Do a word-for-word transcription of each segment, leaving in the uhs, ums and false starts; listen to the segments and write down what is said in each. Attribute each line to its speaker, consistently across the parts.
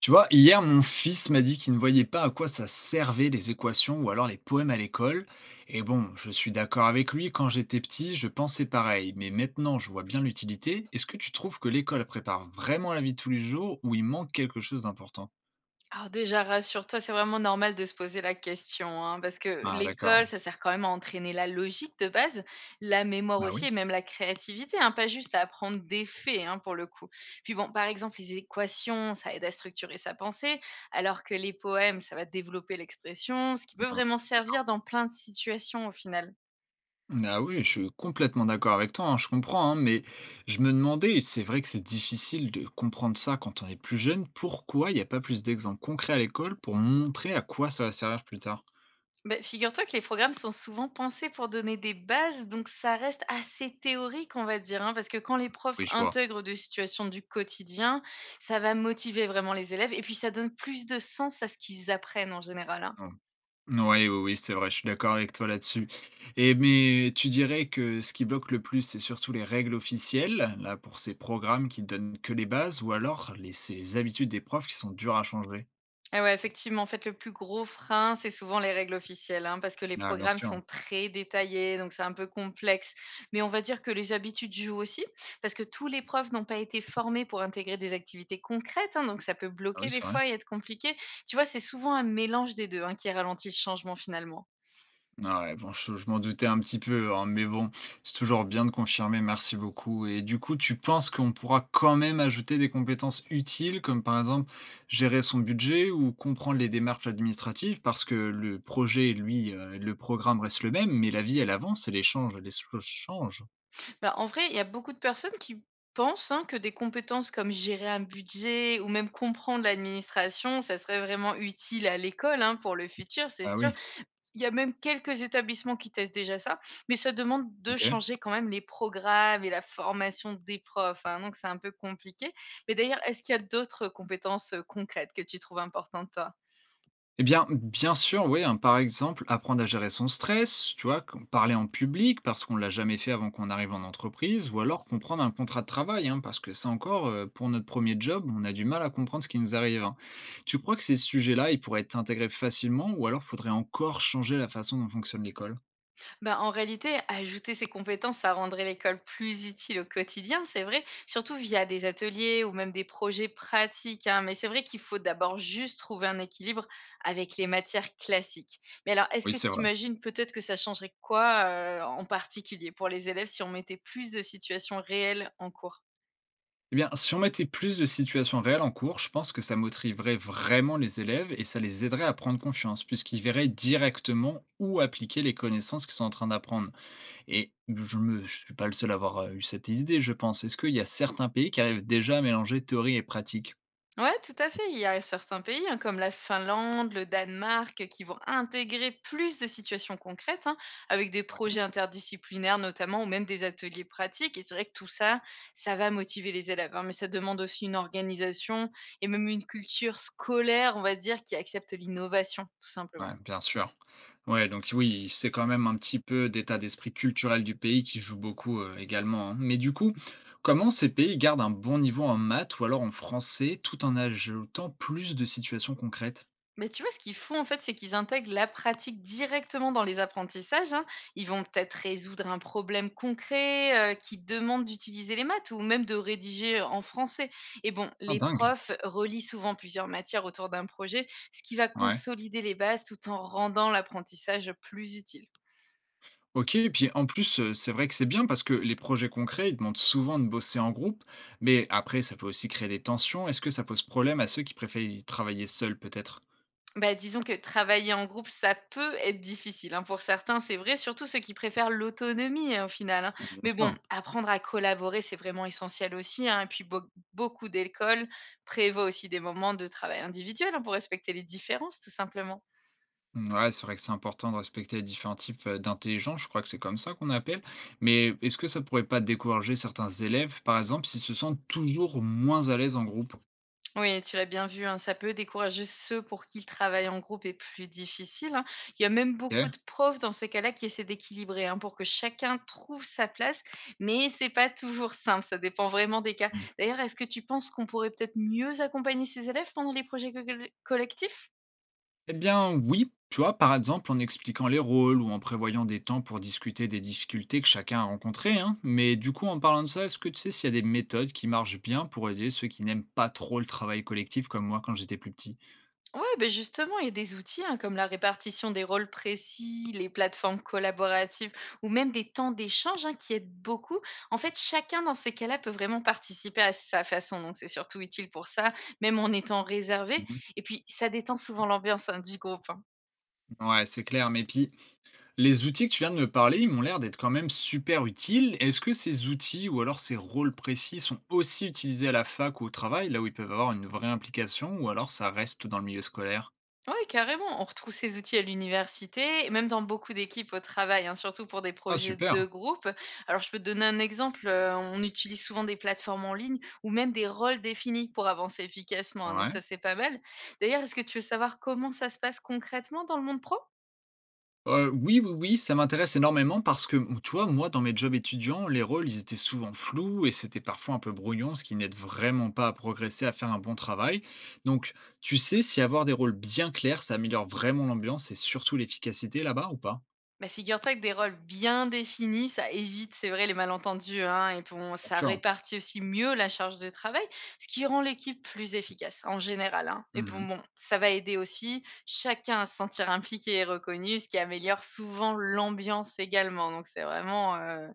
Speaker 1: Tu vois, hier, mon fils m'a dit qu'il ne voyait pas à quoi ça servait les équations ou alors les poèmes à l'école. Et bon, je suis d'accord avec lui, quand j'étais petit, je pensais pareil, mais maintenant je vois bien l'utilité. Est-ce que tu trouves que l'école prépare vraiment la vie de tous les jours ou il manque quelque chose d'important?
Speaker 2: Alors déjà, rassure-toi, c'est vraiment normal de se poser la question, hein, parce que
Speaker 1: Ah,
Speaker 2: l'école,
Speaker 1: d'accord.
Speaker 2: ça sert quand même à entraîner la logique de base, la mémoire
Speaker 1: Bah
Speaker 2: aussi,
Speaker 1: oui.
Speaker 2: et même la créativité, hein, pas juste à apprendre des faits, hein, pour le coup. Puis bon, par exemple, les équations, ça aide à structurer sa pensée, alors que les poèmes, ça va développer l'expression, ce qui peut
Speaker 1: Ah
Speaker 2: vraiment servir dans plein de situations au final.
Speaker 1: bah oui, je suis complètement d'accord avec toi, hein, je comprends, hein, mais je me demandais, et c'est vrai que c'est difficile de comprendre ça quand on est plus jeune, pourquoi il n'y a pas plus d'exemples concrets à l'école pour montrer à quoi ça va servir plus tard?
Speaker 2: Beh, figure-toi que les programmes sont souvent pensés pour donner des bases, donc ça reste assez théorique, on va dire, hein, parce que quand les profs
Speaker 1: Oui, je vois.
Speaker 2: intègrent des situations du quotidien, ça va motiver vraiment les élèves et puis ça donne plus de sens à ce qu'ils apprennent en général. Hein.
Speaker 1: Mmh. Ouais, oui, oui, c'est vrai, je suis d'accord avec toi là-dessus et mais tu dirais que ce qui bloque le plus, c'est surtout les règles officielles, là, pour ces programmes qui donnent que les bases ou alors les c'est les habitudes des profs qui sont dures à changer?
Speaker 2: Ah ouais, effectivement, en fait, le plus gros frein, c'est souvent les règles officielles, hein, parce que les
Speaker 1: Ah bien
Speaker 2: programmes sont
Speaker 1: sûr.
Speaker 2: très détaillés, donc c'est un peu complexe. Mais on va dire que les habitudes jouent aussi, parce que tous les profs n'ont pas été formés pour intégrer des activités concrètes, hein, donc ça peut
Speaker 1: Ah oui,
Speaker 2: bloquer des
Speaker 1: c'est vrai.
Speaker 2: fois et être compliqué. Tu vois, c'est souvent un mélange des deux hein, qui ralentit le changement finalement.
Speaker 1: Ah ouais, bon, je je m'en doutais un petit peu, hein, mais bon, c'est toujours bien de confirmer, merci beaucoup. Et du coup, tu penses qu'on pourra quand même ajouter des compétences utiles, comme par exemple gérer son budget ou comprendre les démarches administratives, parce que le projet, lui, euh, le programme reste le même, mais la vie, elle avance et les changes, les choses changent.
Speaker 2: Bah, en vrai, il y a beaucoup de personnes qui pensent hein, que des compétences comme gérer un budget ou même comprendre l'administration, ça serait vraiment utile à l'école hein, pour le futur, c'est
Speaker 1: Ah
Speaker 2: sûr.
Speaker 1: oui,
Speaker 2: Il y a même quelques établissements qui testent déjà ça, mais ça demande de
Speaker 1: ok.
Speaker 2: changer quand même les programmes et la formation des profs, hein, donc c'est un peu compliqué. Mais d'ailleurs, est-ce qu'il y a d'autres compétences, heu, concrètes que tu trouves importantes, toi?
Speaker 1: Eh bien, bien sûr, oui, hein. Par exemple, apprendre à gérer son stress, tu vois, com- parler en public parce qu'on l'a jamais fait avant qu'on arrive en entreprise, ou alors comprendre un contrat de travail, hein, parce que ça encore, euh, pour notre premier job, on a du mal à comprendre ce qui nous arrive, hein. Tu crois que ces sujets-là, ils pourraient être intégrés facilement, ou alors faudrait encore changer la façon dont fonctionne l'école?
Speaker 2: Bah, en réalité, ajouter ces compétences, ça rendrait l'école plus utile au quotidien, c'est vrai, surtout via des ateliers ou même des projets pratiques. Hein. Mais c'est vrai qu'il faut d'abord juste trouver un équilibre avec les matières classiques. Mais alors, est-ce
Speaker 1: Oui,
Speaker 2: que
Speaker 1: c'est
Speaker 2: tu
Speaker 1: vrai.
Speaker 2: imagines peut-être que ça changerait quoi euh, en particulier pour les élèves si on mettait plus de situations réelles en cours?
Speaker 1: Eh bien, si on mettait plus de situations réelles en cours, je pense que ça motiverait vraiment les élèves et ça les aiderait à prendre confiance, puisqu'ils verraient directement où appliquer les connaissances qu'ils sont en train d'apprendre. Et je ne suis pas le seul à avoir, heu, eu cette idée, je pense. Est-ce qu'il y a certains pays qui arrivent déjà à mélanger théorie et pratique?
Speaker 2: Ouais, tout à fait. Il y a certains pays, hein, comme la Finlande, le Danemark, qui vont intégrer plus de situations concrètes, hein, avec des
Speaker 1: Ouais.
Speaker 2: projets interdisciplinaires notamment, ou même des ateliers pratiques. Et c'est vrai que tout ça, ça va motiver les élèves. Hein, mais ça demande aussi une organisation et même une culture scolaire, on va dire, qui accepte l'innovation, tout
Speaker 1: Ouais,
Speaker 2: simplement.
Speaker 1: bien sûr. Ouais, donc oui, c'est quand même un petit peu d'état d'esprit culturel du pays qui joue beaucoup, heu, également, hein. Mais du coup, comment ces pays gardent un bon niveau en maths ou alors en français tout en ajoutant plus de situations concrètes?
Speaker 2: Mais tu vois, ce qu'ils font, en fait, c'est qu'ils intègrent la pratique directement dans les apprentissages, hein. Ils vont peut-être résoudre un problème concret, heu, qui demande d'utiliser les maths ou même de rédiger en français et bon,
Speaker 1: Ah
Speaker 2: les
Speaker 1: dingue!
Speaker 2: profs relient souvent plusieurs matières autour d'un projet, ce qui va
Speaker 1: Ouais.
Speaker 2: consolider les bases tout en rendant l'apprentissage plus utile.
Speaker 1: OK et puis en plus, heu, c'est vrai que c'est bien parce que les projets concrets, ils demandent souvent de bosser en groupe, mais après ça peut aussi créer des tensions. Est-ce que ça pose problème à ceux qui préfèient travailler seuls peut-être?
Speaker 2: Bah, disons que travailler en groupe, ça peut être difficile, hein, pour certains, c'est vrai, surtout ceux qui préfèrent l'autonomie, hein, au final, hein.
Speaker 1: Ah bien
Speaker 2: Mais bon,
Speaker 1: sûr.
Speaker 2: apprendre à collaborer, c'est vraiment essentiel aussi, hein. Et puis, beau- beaucoup d'écoles prévoient aussi des moments de travail individuel, hein, pour respecter les différences, tout simplement.
Speaker 1: Mmh, ouais, c'est vrai que c'est important de respecter les différents types, heu, d'intelligence, je crois que c'est comme ça qu'on appelle. Mais est-ce que ça pourrait pas décourager certains élèves, par exemple, s'ils se sentent toujours moins à l'aise en groupe?
Speaker 2: Oui, tu l'as bien vu, hein, ça peut décourager ceux pour qui le travail en groupe est plus difficile. Hein. Il y a même beaucoup
Speaker 1: OK.
Speaker 2: de profs dans ce cas-là qui essaient d'équilibrer hein, pour que chacun trouve sa place, mais c'est pas toujours simple, ça dépend vraiment des cas. D'ailleurs, est-ce que tu penses qu'on pourrait peut-être mieux accompagner ces élèves pendant les projets co- collectifs?
Speaker 1: Eh bien oui, tu vois, par exemple en expliquant les rôles ou en prévoyant des temps pour discuter des difficultés que chacun a rencontrées, hein. Mais du coup, en parlant de ça, est-ce que tu sais s'il y a des méthodes qui marchent bien pour aider ceux qui n'aiment pas trop le travail collectif comme moi quand j'étais plus petit?
Speaker 2: Ouais, ben justement, il y a des outils, hein, comme la répartition des rôles précis, les plateformes collaboratives ou même des temps d'échange hein, qui aident beaucoup. En fait, chacun dans ces cas-là peut vraiment participer à sa façon. Donc, c'est surtout utile pour ça, même en étant réservé.
Speaker 1: Mhm.
Speaker 2: Et puis, ça détend souvent l'ambiance hein, du groupe. Hein.
Speaker 1: Ouais, c'est clair, mais puis les outils que tu viens de me parler, ils m'ont l'air d'être quand même super utiles. Est-ce que ces outils ou alors ces rôles précis sont aussi utilisés à la fac ou au travail, là où ils peuvent avoir une vraie implication, ou alors ça reste dans le milieu scolaire?
Speaker 2: Oui, carrément. On retrouve ces outils à l'université et même dans beaucoup d'équipes au travail, hein, surtout pour des
Speaker 1: Ah
Speaker 2: projets de
Speaker 1: super,
Speaker 2: groupe. Alors, je peux te donner un exemple. euh, On utilise souvent des plateformes en ligne ou même des rôles définis pour avancer efficacement. Hein, Donc,
Speaker 1: ouais.
Speaker 2: ça, c'est pas mal. D'ailleurs, est-ce que tu veux savoir comment ça se passe concrètement dans le monde pro?
Speaker 1: Heu, oui, oui, oui, ça m'intéresse énormément parce que, tu vois, moi, dans mes jobs étudiants, les rôles, ils étaient souvent flous et c'était parfois un peu brouillon, ce qui n'aide vraiment pas à progresser, à faire un bon travail. Donc, tu sais si avoir des rôles bien clairs, ça améliore vraiment l'ambiance et surtout l'efficacité là-bas ou pas?
Speaker 2: Bah, figure-toi que des rôles bien définis, ça évite, c'est vrai, les malentendus, hein, et bon,
Speaker 1: Bien
Speaker 2: ça
Speaker 1: sûr. Sûr.
Speaker 2: répartit aussi mieux la charge de travail, ce qui rend l'équipe plus efficace en général. Hein. Et bon,
Speaker 1: Mmh.
Speaker 2: bon, ça va aider aussi chacun à se sentir impliqué et reconnu, ce qui améliore souvent l'ambiance également. Donc c'est vraiment euh,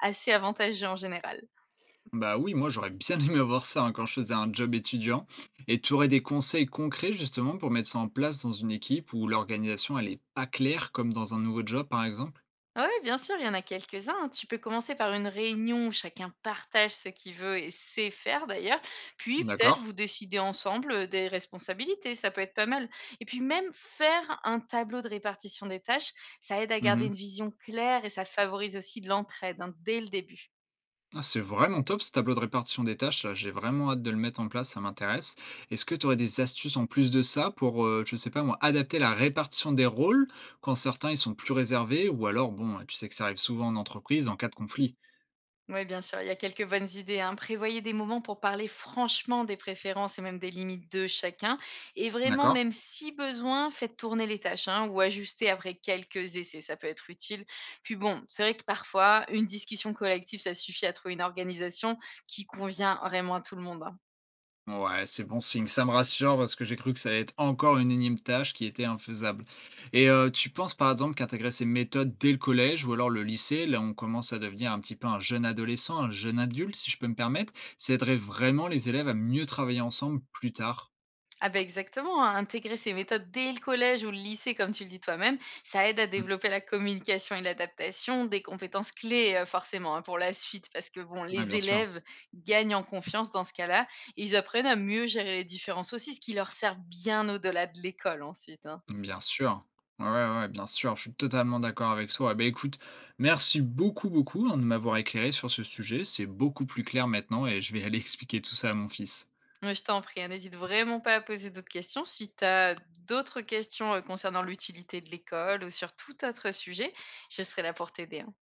Speaker 2: assez avantageux en général.
Speaker 1: Bah, oui, moi, j'aurais bien aimé avoir ça, hein, quand je faisais un job étudiant et tu aurais des conseils concrets, justement, pour mettre ça en place dans une équipe où l'organisation, elle est pas claire, comme dans un nouveau job, par exemple?
Speaker 2: Oui, bien sûr, il y en a quelques-uns. Hein. Tu peux commencer par une réunion où chacun partage ce qu'il veut et sait faire d'ailleurs. Puis peut-être
Speaker 1: D'accord.
Speaker 2: vous décidez ensemble euh, des responsabilités, ça peut être pas mal. Et puis même faire un tableau de répartition des tâches, ça aide à garder
Speaker 1: Mmh.
Speaker 2: une vision claire et ça favorise aussi de l'entraide hein, dès le début.
Speaker 1: Ah, c'est vraiment top ce tableau de répartition des tâches là, j'ai vraiment hâte de le mettre en place, ça m'intéresse. Est-ce que tu aurais des astuces en plus de ça pour, euh, je sais pas moi, adapter la répartition des rôles quand certains ils sont plus réservés ou alors bon, tu sais que ça arrive souvent en entreprise en cas de conflit,
Speaker 2: Oui, bien sûr, il y a quelques bonnes idées. Hein. Prévoyez des moments pour parler franchement des préférences et même des limites de chacun. Et vraiment,
Speaker 1: d'accord?
Speaker 2: même si besoin, faites tourner les tâches hein, ou ajustez après quelques essais. Ça peut être utile. Puis bon, c'est vrai que parfois, une discussion collective, ça suffit à trouver une organisation qui convient vraiment à tout le monde. Hein.
Speaker 1: Ouais, c'est bon signe, ça me rassure parce que j'ai cru que ça allait être encore une énième tâche qui était infaisable et heu, tu penses par exemple qu'intégrer ces méthodes dès le collège ou alors le lycée, là on commence à devenir un petit peu un jeune adolescent, un jeune adulte si je peux me permettre, ça aiderait vraiment les élèves à mieux travailler ensemble plus tard?
Speaker 2: Ah ben exactement, hein, intégrer ces méthodes dès le collège ou le lycée, comme tu le dis toi-même, ça aide à
Speaker 1: Mmh.
Speaker 2: développer la communication et l'adaptation, des compétences clés euh, forcément hein, pour la suite, parce que bon,
Speaker 1: Ouais,
Speaker 2: les
Speaker 1: bien sûr,
Speaker 2: élèves gagnent en confiance dans ce cas-là, et ils apprennent à mieux gérer les différences aussi, ce qui leur sert bien au-delà de l'école ensuite. Hein.
Speaker 1: bien sûr. Ouais, ouais, ouais, bien sûr, je suis totalement d'accord avec toi. Beh, écoute, merci beaucoup, beaucoup, hein, de m'avoir éclairé sur ce sujet, c'est beaucoup plus clair maintenant et je vais aller expliquer tout ça à mon fils.
Speaker 2: Mais je t'en prie, hein, n'hésite vraiment pas à poser d'autres questions. Si tu as d'autres questions euh, concernant l'utilité de l'école ou sur tout autre sujet, je serai là pour t'aider. Hein.